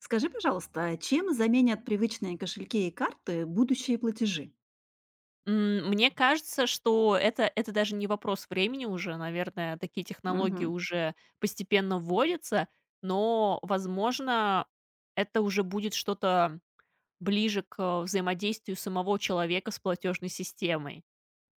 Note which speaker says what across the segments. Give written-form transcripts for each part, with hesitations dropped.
Speaker 1: Скажи, пожалуйста, чем заменят привычные кошельки и карты будущие платежи?
Speaker 2: Мне кажется, что это даже не вопрос времени уже, наверное. Такие технологии
Speaker 1: Мгм.
Speaker 2: уже постепенно вводятся, но, возможно, это уже будет что-то ближе к, э, взаимодействию самого человека с платежной системой.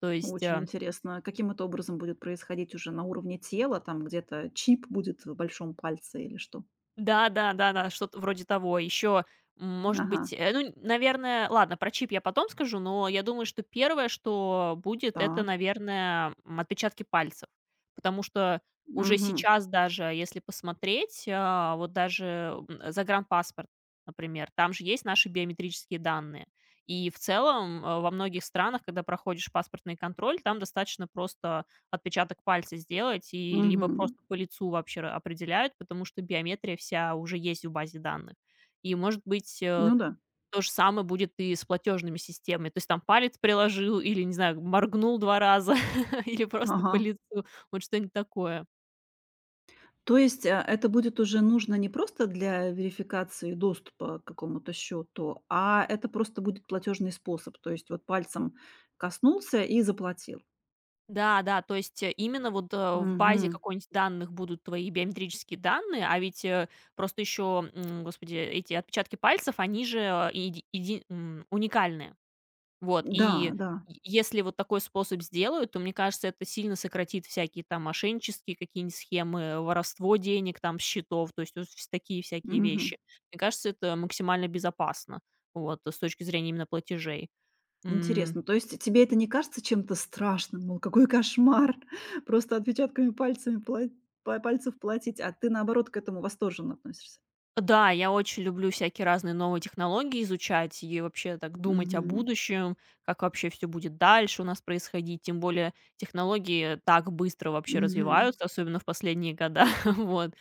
Speaker 2: То есть,
Speaker 1: Очень
Speaker 2: э
Speaker 1: интересно, каким это образом будет происходить уже на уровне тела, там где-то чип будет в большом пальце или что?
Speaker 2: Да, да, да-да, что-то вроде того. Еще, может
Speaker 1: Ага,
Speaker 2: быть, ну, наверное, ладно, про чип я потом скажу. Но я думаю, что первое, что будет, это,
Speaker 1: так.
Speaker 2: наверное, отпечатки пальцев. Потому что уже
Speaker 1: Мгм.
Speaker 2: сейчас даже, если посмотреть, вот даже загранпаспорт, например, там же есть наши биометрические данные. И в целом во многих странах, когда проходишь паспортный контроль, там достаточно просто отпечаток пальца сделать, и либо
Speaker 1: Мгм.
Speaker 2: просто по лицу вообще определяют, потому что биометрия вся уже есть в базе данных. И, может быть,
Speaker 1: Ну да.
Speaker 2: то же самое будет и с платежными системами. То есть там палец приложил или, не знаю, моргнул 2 раза, или просто
Speaker 1: Ага.
Speaker 2: по лицу, вот что-нибудь такое.
Speaker 1: То есть, это будет уже нужно не просто для верификации доступа к какому-то счету, а это просто будет платежный способ. То есть вот пальцем коснулся и заплатил.
Speaker 2: Да, да, то есть именно вот в базе
Speaker 1: Мгм.
Speaker 2: какой-нибудь данных будут твои биометрические данные. А ведь просто еще, господи, эти отпечатки пальцев, они же уникальные. Вот,
Speaker 1: Да,
Speaker 2: и
Speaker 1: да.
Speaker 2: е если вот такой способ сделают, то, мне кажется, это сильно сократит всякие там мошеннические какие-нибудь схемы, воровство денег там с счетов, то есть вот вс такие всякие
Speaker 1: Мгм.
Speaker 2: вещи. Мне кажется, это максимально безопасно, вот, с точки зрения именно платежей. М,
Speaker 1: Интересно. То есть тебе это не кажется чем-то страшным? Мол, какой кошмар! Просто отпечатками пальцами пальцев платить, а ты, наоборот, к этому восторженно относишься.
Speaker 2: да, я очень люблю всякие разные новые технологии изучать и вообще так думать о
Speaker 1: Мгм.
Speaker 2: будущем, как вообще все будет дальше у нас происходить. Тем более технологии так быстро вообще
Speaker 1: Мгм.
Speaker 2: развиваются, особенно в последние года, вот.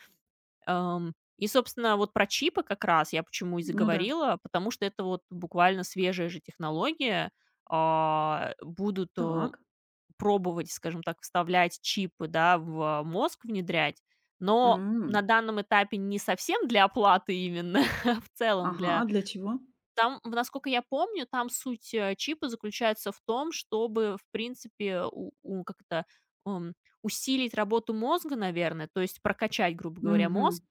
Speaker 2: И, собственно, вот про чипы как раз я почему и
Speaker 1: Ну да.
Speaker 2: заговорила, потому что это вот буквально свежая же технология. Будут,
Speaker 1: Так.
Speaker 2: пробовать, скажем так, вставлять чипы, да, в мозг внедрять, но
Speaker 1: М.
Speaker 2: на данном этапе не совсем для оплаты именно, а в целом
Speaker 1: Ага,
Speaker 2: для...
Speaker 1: для чего?
Speaker 2: Там, в насколько я помню, там суть чипа заключается в том, чтобы, в принципе, у как это, ам, усилить работу мозга, наверное, то есть прокачать, грубо говоря,
Speaker 1: Мгм.
Speaker 2: мозг.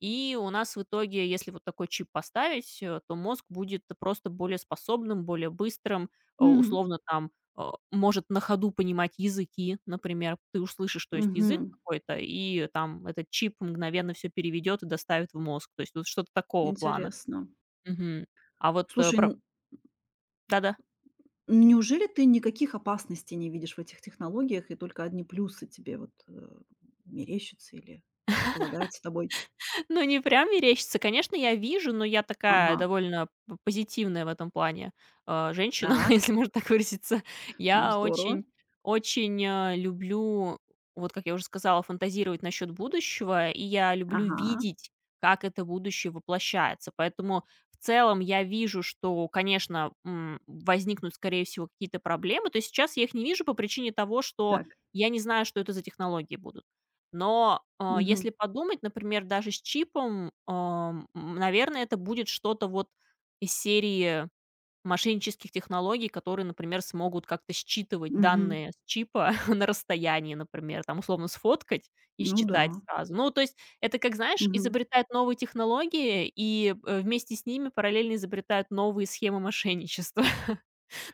Speaker 2: И у нас в итоге, если вот такой чип поставить, то мозг будет просто более способным, более быстрым,
Speaker 1: М.
Speaker 2: условно там э, может на ходу понимать языки, например. Ты услышишь, что есть язык
Speaker 1: Мгм.
Speaker 2: какой-то, и там этот чип мгновенно все переведет и доставит в мозг. То есть вот что-то такого плана.
Speaker 1: Интересно.
Speaker 2: Мгм. А вот
Speaker 1: Слушай,
Speaker 2: про... Да-да.
Speaker 1: неужели ты никаких опасностей не видишь в этих технологиях, и только одни плюсы тебе вот мерещатся или предполагаются тобой?
Speaker 2: Ну, не прям мерещится. Конечно, я вижу, но я такая
Speaker 1: Ага.
Speaker 2: довольно п позитивная в этом плане, женщина,
Speaker 1: Так,
Speaker 2: если можно так выразиться.
Speaker 1: ну
Speaker 2: Я
Speaker 1: здорово.
Speaker 2: очень очень, люблю, вот как я уже сказала, фантазировать насчет будущего, и я люблю
Speaker 1: Ага,
Speaker 2: видеть, как это будущее воплощается. Поэтому в целом я вижу, что, конечно, возникнут, скорее всего, какие-то проблемы. То есть сейчас я их не вижу по причине того, что
Speaker 1: так.
Speaker 2: я не знаю, что это за технологии будут. Но, а,
Speaker 1: Мгм,
Speaker 2: если подумать, например, даже с чипом, наверное, это будет что-то вот из серии мошеннических технологий, которые, например, смогут как-то считывать
Speaker 1: мгм.
Speaker 2: данные с чипа на расстоянии, например, там, условно, сфоткать и
Speaker 1: Ну да.
Speaker 2: считать сразу. Ну, то есть это, как знаешь,
Speaker 1: Мгм.
Speaker 2: изобретают новые технологии и, вместе с ними параллельно изобретают новые схемы мошенничества.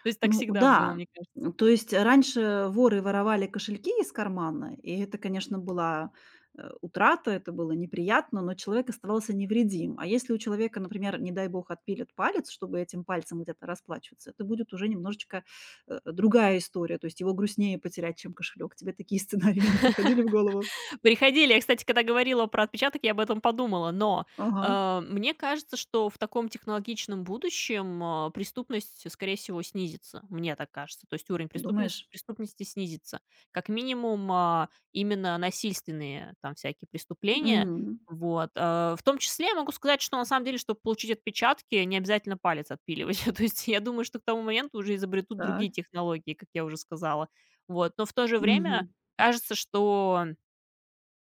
Speaker 2: То есть так
Speaker 1: Ну
Speaker 2: всегда было,
Speaker 1: да,
Speaker 2: мне
Speaker 1: м,
Speaker 2: кажется.
Speaker 1: то есть раньше воры воровали кошельки из кармана, и это, конечно, была, утрата, это было неприятно, но человек оставался невредим. А если у человека, например, не дай бог, отпилят палец, чтобы этим пальцем где-то расплачиваться, это будет уже немножечко, другая история. То есть его грустнее потерять, чем кошелек. Тебе такие сценарии не приходили в голову?
Speaker 2: Приходили. Я, кстати, когда говорила про отпечаток, я об этом подумала. Но,
Speaker 1: Ага,
Speaker 2: мне кажется, что в таком технологичном будущем, преступность, скорее всего, снизится. Мне так кажется. То есть уровень преступности
Speaker 1: думаешь?
Speaker 2: преступности снизится. Как минимум, именно насильственные там всякие преступления.
Speaker 1: М,
Speaker 2: Вот, в том числе я могу сказать, что на самом деле, чтобы получить отпечатки, не обязательно палец отпиливать. То есть я думаю, что к тому моменту уже изобретут
Speaker 1: так.
Speaker 2: другие технологии, как я уже сказала. Вот, но в то же время
Speaker 1: Мгм.
Speaker 2: кажется, что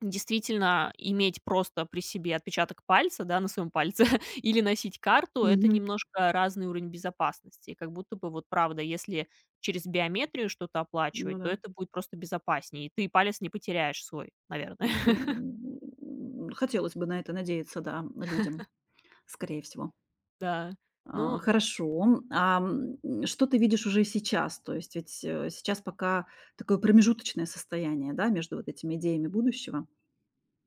Speaker 2: действительно иметь просто при себе отпечаток пальца, да, на своем пальце или носить карту — это
Speaker 1: Мгм.
Speaker 2: немножко разный уровень безопасности. Как будто бы вот правда, если через биометрию что-то
Speaker 1: Ну
Speaker 2: оплачивать, то
Speaker 1: да.
Speaker 2: это будет просто безопаснее, и ты палец не потеряешь свой, наверное.
Speaker 1: Ну, хотелось бы на это надеяться, да, людям, скорее всего.
Speaker 2: Да.
Speaker 1: А,
Speaker 2: Ну
Speaker 1: хорошо. М, что ты видишь уже сейчас? То есть ведь, сейчас пока такое промежуточное состояние, да, между вот этими идеями будущего.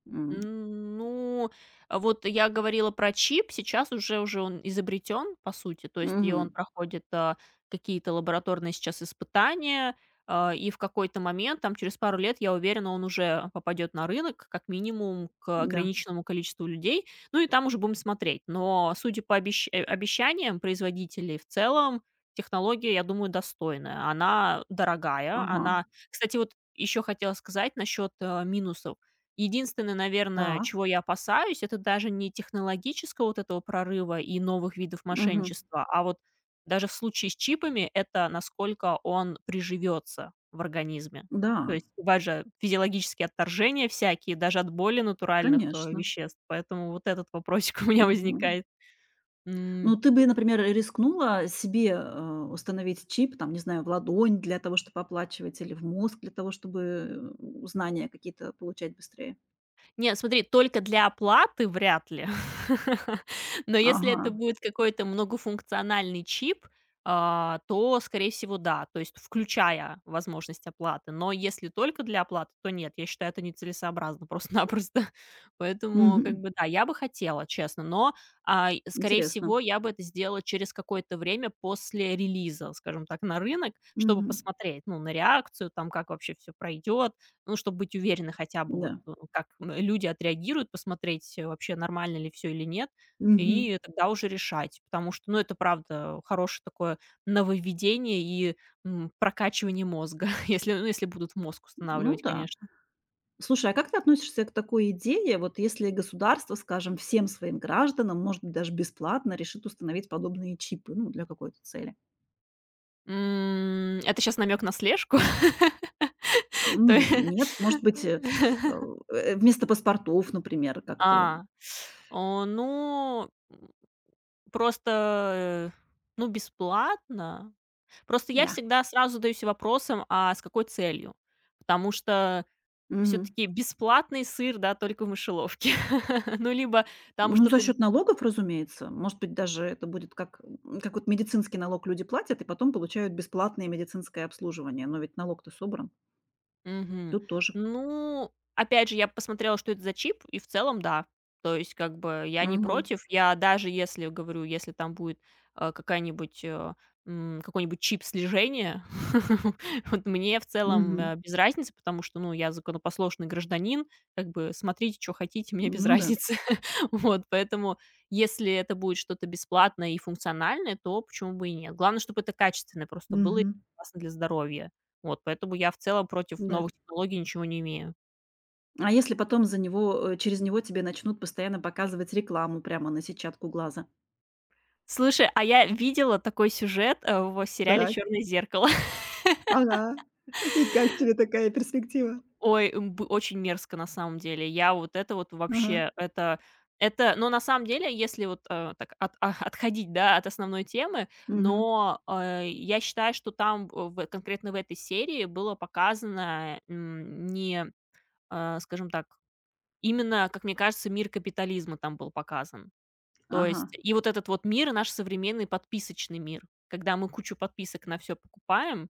Speaker 1: М.
Speaker 2: Ну, а вот я говорила про чип. Сейчас уже он изобретен, по сути. То есть и он
Speaker 1: Мгм.
Speaker 2: проходит, какие-то лабораторные сейчас испытания, и в какой-то момент, там, через пару лет, я уверена, он уже попадет на рынок, как минимум, к
Speaker 1: Да.
Speaker 2: ограниченному количеству людей. Ну и там уже будем смотреть. Но, судя по обещаниям производителей, в целом технология, я думаю, достойная. Она дорогая,
Speaker 1: Ага.
Speaker 2: она... Кстати, вот еще хотела сказать насчет, э, минусов. Единственное, наверное,
Speaker 1: Так.
Speaker 2: чего я опасаюсь, это даже не технологического вот этого прорыва и новых видов
Speaker 1: Мгм.
Speaker 2: мошенничества, а вот даже в случае с чипами — это насколько он приживется в организме.
Speaker 1: Да,
Speaker 2: То есть бывают же физиологические отторжения всякие, даже от более натуральных,
Speaker 1: конечно.
Speaker 2: веществ, поэтому вот этот вопросик у меня
Speaker 1: Мгм.
Speaker 2: возникает. М.
Speaker 1: Ну, ты бы, например, рискнула себе, установить чип, там, не знаю, в ладонь для того, чтобы оплачивать, или в мозг для того, чтобы, знания какие-то получать быстрее?
Speaker 2: Нет, смотри, только для оплаты вряд ли. Но если
Speaker 1: Ага.
Speaker 2: это будет какой-то многофункциональный чип, то, скорее всего, да, то есть включая возможность оплаты. Но если только для оплаты, то нет, я считаю, это нецелесообразно просто-напросто. Поэтому, как
Speaker 1: Мгм.
Speaker 2: бы, да, я бы хотела, честно, но, и скорее
Speaker 1: Интересно.
Speaker 2: всего, я бы это сделала через какое-то время после релиза, скажем так, на рынок, чтобы
Speaker 1: Мгм.
Speaker 2: посмотреть, ну, на реакцию, там, как вообще все пройдет, ну, чтобы быть уверены хотя бы вот,
Speaker 1: Да.
Speaker 2: как, люди отреагируют, посмотреть, вообще нормально ли все или нет,
Speaker 1: Мгм.
Speaker 2: и тогда уже решать. Потому что, ну, это правда хорошее такое нововведение и, прокачивание мозга, если, ну, если будут мозг
Speaker 1: Ну
Speaker 2: устанавливать,
Speaker 1: да.
Speaker 2: конечно.
Speaker 1: Слушай, а как ты относишься к такой идее, вот если государство, скажем, всем своим гражданам, может быть, даже бесплатно решит установить подобные чипы, ну, для какой-то цели?
Speaker 2: Это сейчас намек на слежку? То е
Speaker 1: М, нет? Может быть, вместо паспортов, например, как-то,
Speaker 2: А, ну, просто, ну, бесплатно... Просто я
Speaker 1: да.
Speaker 2: всегда сразу задаюсь вопросом, а с какой целью? Потому что все
Speaker 1: Мгм.
Speaker 2: таки бесплатный сыр, да, только в мышеловке. Ну, либо там
Speaker 1: Ну, за
Speaker 2: что-то...
Speaker 1: счет налогов, разумеется. Может быть, даже это будет как, м, как вот медицинский налог люди платят и потом получают бесплатное медицинское обслуживание. Но ведь налог-то собран.
Speaker 2: Мгм.
Speaker 1: Тут тоже.
Speaker 2: Ну, опять же, я посмотрела, что это за чип, и в целом да. То есть, как бы, я не
Speaker 1: Мгм.
Speaker 2: против. Я даже если, говорю, если там будет, э, какая-нибудь, э, какой-нибудь чип слежения, вот мне в целом,
Speaker 1: Мгм.
Speaker 2: без разницы, потому что, ну, я законопослушный гражданин, как бы смотрите, что хотите, мне без
Speaker 1: Ну да.
Speaker 2: разницы. Вот, поэтому, если это будет что-то бесплатное и функциональное, то почему бы и нет. Главное, чтобы это качественное просто было и
Speaker 1: Мгм.
Speaker 2: безопасно для здоровья. Вот, поэтому я в целом против
Speaker 1: Да.
Speaker 2: новых технологий ничего не имею.
Speaker 1: А если потом за него, через него тебе начнут постоянно показывать рекламу прямо на сетчатку глаза?
Speaker 2: Слушай, а я видела такой сюжет, в сериале
Speaker 1: Так,
Speaker 2: «Черное зеркало».
Speaker 1: ага. И как тебе такая перспектива?
Speaker 2: Ой, м, б очень мерзко на самом деле. Я вот это вот
Speaker 1: Ага.
Speaker 2: вообще, это но на самом деле, если вот, так отходить, да, от основной темы,
Speaker 1: Мгм.
Speaker 2: но, я считаю, что там, в конкретно в этой серии было показано, не, скажем так, именно, как мне кажется, мир капитализма там был показан. То есть
Speaker 1: Ага.
Speaker 2: и вот этот вот мир, наш современный подписочный мир, когда мы кучу подписок на все покупаем,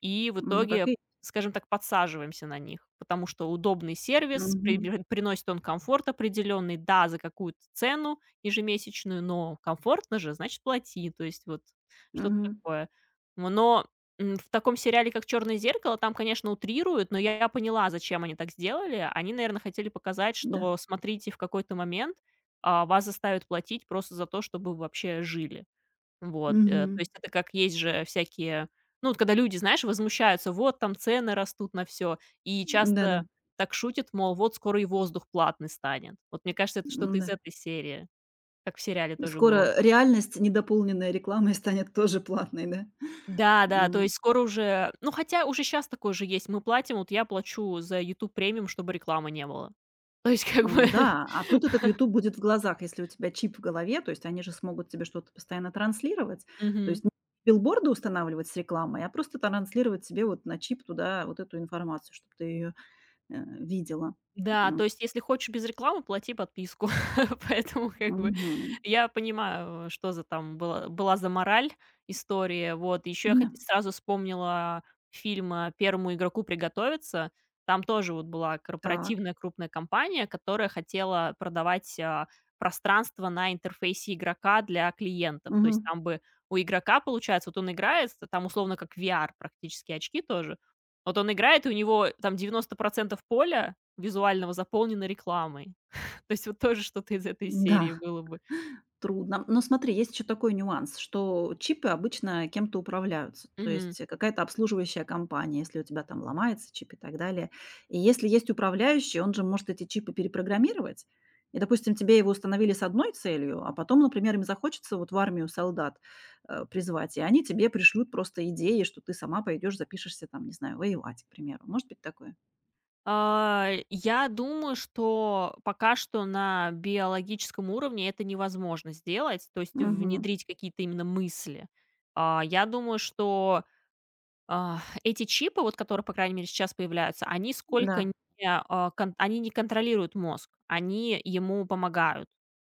Speaker 2: и в
Speaker 1: Ну, так
Speaker 2: итоге,
Speaker 1: и
Speaker 2: скажем так, подсаживаемся на них, потому что удобный сервис,
Speaker 1: мгм.
Speaker 2: прибе приносит он комфорт определенный, да, за какую-то цену ежемесячную, но комфортно же, значит, плати. То есть вот что-то
Speaker 1: Мгм.
Speaker 2: такое. Но, в таком сериале, как «Черное зеркало», там, конечно, утрируют, но я поняла, зачем они так сделали. Они, наверное, хотели показать,
Speaker 1: Да.
Speaker 2: что, смотрите, в какой-то момент, вас заставят платить просто за то, чтобы вы вообще жили. Вот, то
Speaker 1: Мгм.
Speaker 2: есть это как есть же всякие, ну, вот когда люди, знаешь, возмущаются: «Вот там цены растут на все». И часто
Speaker 1: Да-да.
Speaker 2: так шутят, мол, вот скоро и воздух платный станет. Вот мне кажется, это что-то из
Speaker 1: М-да.
Speaker 2: этой серии, как в сериале тоже было.
Speaker 1: Скоро реальность, недополненная рекламой, станет тоже платной, да?
Speaker 2: Да, да, то
Speaker 1: М,
Speaker 2: есть скоро уже... ну, хотя уже сейчас такое же есть. Мы платим, вот я плачу за «YouTube Премиум», чтобы рекламы не было. То есть как
Speaker 1: ну
Speaker 2: бы...
Speaker 1: да, а тут этот "Ютуб" будет в глазах, если у тебя чип в голове, то есть они же смогут тебе что-то постоянно транслировать. То есть
Speaker 2: Мгм.
Speaker 1: не билборды устанавливать с рекламой, а просто транслировать себе вот на чип туда вот эту информацию, чтобы ты её, э, видела.
Speaker 2: Да,
Speaker 1: М,
Speaker 2: то есть, если хочешь без рекламы, плати подписку. Поэтому, как бы,
Speaker 1: мгм.
Speaker 2: я понимаю, что за там была за мораль история. Вот, еще я
Speaker 1: Да.
Speaker 2: хот сразу вспомнила фильм, «Первому игроку приготовиться». Там тоже вот была
Speaker 1: Так.
Speaker 2: корпоративная крупная компания, которая хотела продавать, пространство на интерфейсе игрока для клиентов. То есть
Speaker 1: Мгм.
Speaker 2: там бы у игрока, получается, вот он играет, там условно как VR практически очки тоже. Вот он играет, и у него там 90% поля визуального, заполненной рекламой. То есть вот тоже что-то из этой серии
Speaker 1: Да.
Speaker 2: было бы.
Speaker 1: Трудно. Но смотри, есть еще такой нюанс, что чипы обычно кем-то управляются. То
Speaker 2: Мгм.
Speaker 1: есть какая-то обслуживающая компания, если у тебя там ломается чип и так далее. И если есть управляющий, он же может эти чипы перепрограммировать. И, допустим, тебе его установили с одной целью, а потом, например, им захочется вот в армию солдат призвать, и они тебе пришлют просто идеи, что ты сама пойдешь, запишешься там, не знаю, воевать, к примеру. Может быть такое?
Speaker 2: Я думаю, что пока что на биологическом уровне это невозможно сделать, то есть
Speaker 1: Мгм.
Speaker 2: внедрить какие-то именно мысли. Я думаю, что, эти чипы, вот которые, по крайней мере, сейчас появляются, они сколько
Speaker 1: Да.
Speaker 2: не, а, кон они не контролируют мозг, они ему помогают.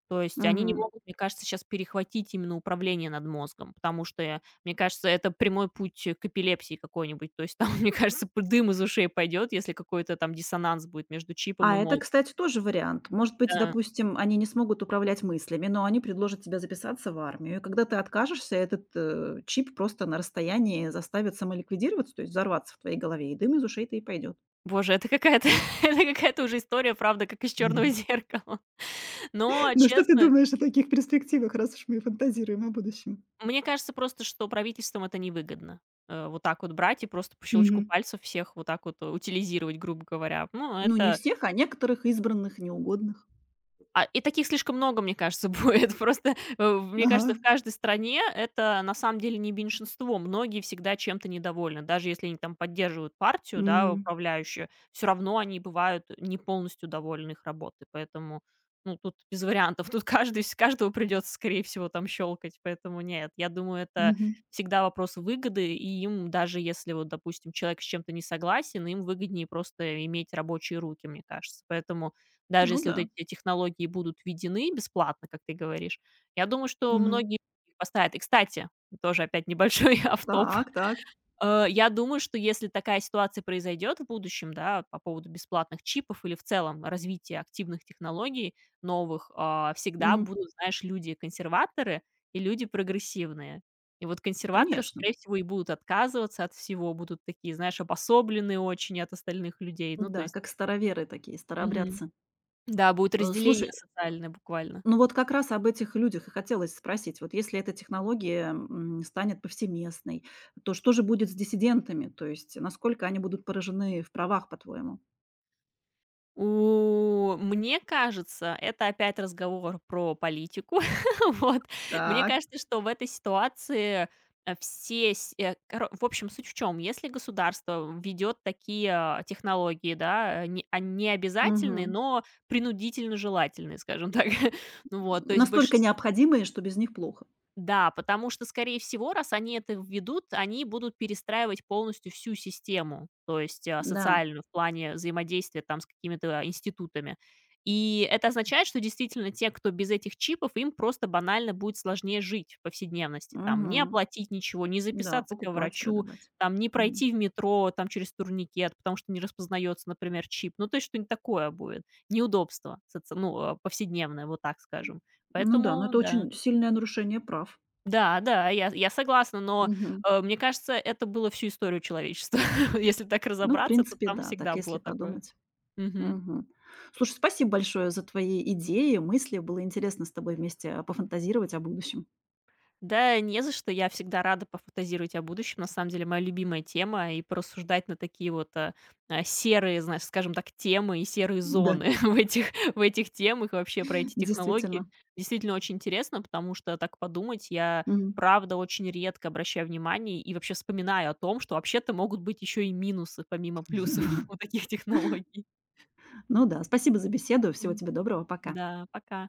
Speaker 2: То есть они не
Speaker 1: Мгм.
Speaker 2: могут, мне кажется, сейчас перехватить именно управление над мозгом, потому что, мне кажется, это прямой путь, к эпилепсии какой-нибудь. То есть там, мне кажется, п дым из ушей пойдет, если какой-то там диссонанс будет между чипом
Speaker 1: А
Speaker 2: и
Speaker 1: это,
Speaker 2: мозгом.
Speaker 1: кстати, тоже вариант. Может быть,
Speaker 2: Да.
Speaker 1: допустим, они не смогут управлять мыслями, но они предложат тебе записаться в армию. И когда ты откажешься, этот, чип просто на расстоянии заставит самоликвидироваться, то есть взорваться в твоей голове, и дым из ушей-то и пойдет.
Speaker 2: Боже, это какая-то это какая-то уже история, правда, как из «Черного
Speaker 1: Мгм.
Speaker 2: зеркала». Но,
Speaker 1: Ну что ты
Speaker 2: честно,
Speaker 1: думаешь о таких перспективах, раз уж мы фантазируем о будущем?
Speaker 2: мне кажется просто, что правительствам это невыгодно. Вот так вот брать и просто по щелчку
Speaker 1: Мгм.
Speaker 2: пальцев всех вот так вот, утилизировать, грубо говоря. Ну,
Speaker 1: Ну, не
Speaker 2: это...
Speaker 1: всех, а некоторых избранных, неугодных.
Speaker 2: И таких слишком много, мне кажется, будет. Просто, мне
Speaker 1: Ага.
Speaker 2: кажется, в каждой стране это на самом деле не меньшинство. Многие всегда чем-то недовольны. Даже если они там поддерживают партию, да,
Speaker 1: М.
Speaker 2: управляющую, все равно они бывают не полностью довольны их работой. Поэтому, ну, тут без вариантов. Тут каждый, с каждого придется, скорее всего, там щелкать. Поэтому нет, я думаю, это
Speaker 1: Мгм.
Speaker 2: всегда вопрос выгоды. И им, даже если, вот, допустим, человек с чем-то не согласен, им выгоднее просто иметь рабочие руки, мне кажется. Поэтому даже
Speaker 1: Ну
Speaker 2: если вот
Speaker 1: да.
Speaker 2: эти технологии будут введены бесплатно, как ты говоришь, я думаю, что
Speaker 1: Мгм.
Speaker 2: многие их поставят. И, кстати, тоже опять небольшой автоп.
Speaker 1: Так, так.
Speaker 2: Я думаю, что если такая ситуация произойдет в будущем, да, по поводу бесплатных чипов или в целом развития активных технологий новых, всегда
Speaker 1: Мгм.
Speaker 2: будут, знаешь, люди-консерваторы и люди прогрессивные. И вот консерваторы,
Speaker 1: Конечно.
Speaker 2: скорее всего, и будут отказываться от всего, будут такие, знаешь, обособленные очень от остальных людей. Ну, то
Speaker 1: Да,
Speaker 2: есть...
Speaker 1: как староверы такие,
Speaker 2: Мгм.
Speaker 1: старообрядцы.
Speaker 2: Да, будет разделение
Speaker 1: Слушай,
Speaker 2: социальное буквально.
Speaker 1: ну вот как раз об этих людях и хотелось спросить. Вот если эта технология, м, станет повсеместной, то что же будет с диссидентами? То есть насколько они будут поражены в правах, по-твоему?
Speaker 2: У Мне кажется, это опять разговор про политику. Вот. Мне
Speaker 1: Так.
Speaker 2: кажется, что в этой ситуации, э, все с э, коро в общем, суть в чем? Если государство введёт такие, технологии, да, не, не обязательные,
Speaker 1: Мгм.
Speaker 2: но принудительно желательные, скажем так. Ну... Вот, то есть
Speaker 1: Настолько
Speaker 2: большинство.
Speaker 1: необходимые, что без них плохо.
Speaker 2: Да, потому что, скорее всего, раз они это введут, они будут перестраивать полностью всю систему, то есть,
Speaker 1: Да.
Speaker 2: социальную в плане взаимодействия там с какими-то институтами. И это означает, что действительно те, кто без этих чипов, им просто банально будет сложнее жить в повседневности. Там не
Speaker 1: Мгм.
Speaker 2: оплатить ничего, не
Speaker 1: Да,
Speaker 2: записаться к
Speaker 1: покупать,
Speaker 2: врачу,
Speaker 1: продавать.
Speaker 2: там не
Speaker 1: Мгм.
Speaker 2: пройти в метро там через турникет, потому что не распознается, например, чип. Ну, то есть что-нибудь такое будет. Неудобство, соци ну, повседневное, вот так скажем.
Speaker 1: Ну да, но
Speaker 2: Поэтому
Speaker 1: это
Speaker 2: да.
Speaker 1: очень сильное нарушение прав.
Speaker 2: Да, да, я согласна, но,
Speaker 1: Мгм.
Speaker 2: мне кажется, это было всю историю человечества. Если так
Speaker 1: Ну, в
Speaker 2: разобраться, то
Speaker 1: принципе,
Speaker 2: там
Speaker 1: да, так
Speaker 2: всегда
Speaker 1: если
Speaker 2: было такое.
Speaker 1: подумать.
Speaker 2: Мгм.
Speaker 1: Мгм. Слушай, спасибо большое за твои идеи, мысли. Было интересно с тобой вместе, пофантазировать о будущем.
Speaker 2: Да не за что, я всегда рада пофантазировать о будущем. На самом деле, моя любимая тема и порассуждать на такие вот, серые, знаешь, скажем так, темы и серые
Speaker 1: Да,
Speaker 2: зоны в этих темах, и вообще про эти технологии.
Speaker 1: действительно.
Speaker 2: Действительно очень интересно, потому что, так подумать, я
Speaker 1: Мгм.
Speaker 2: правда очень редко обращаю внимание и вообще вспоминаю о том, что вообще-то могут быть еще и минусы помимо плюсов у таких технологий.
Speaker 1: Ну да, спасибо за беседу. Всего
Speaker 2: Мгм.
Speaker 1: тебе доброго. Пока.
Speaker 2: Да, пока.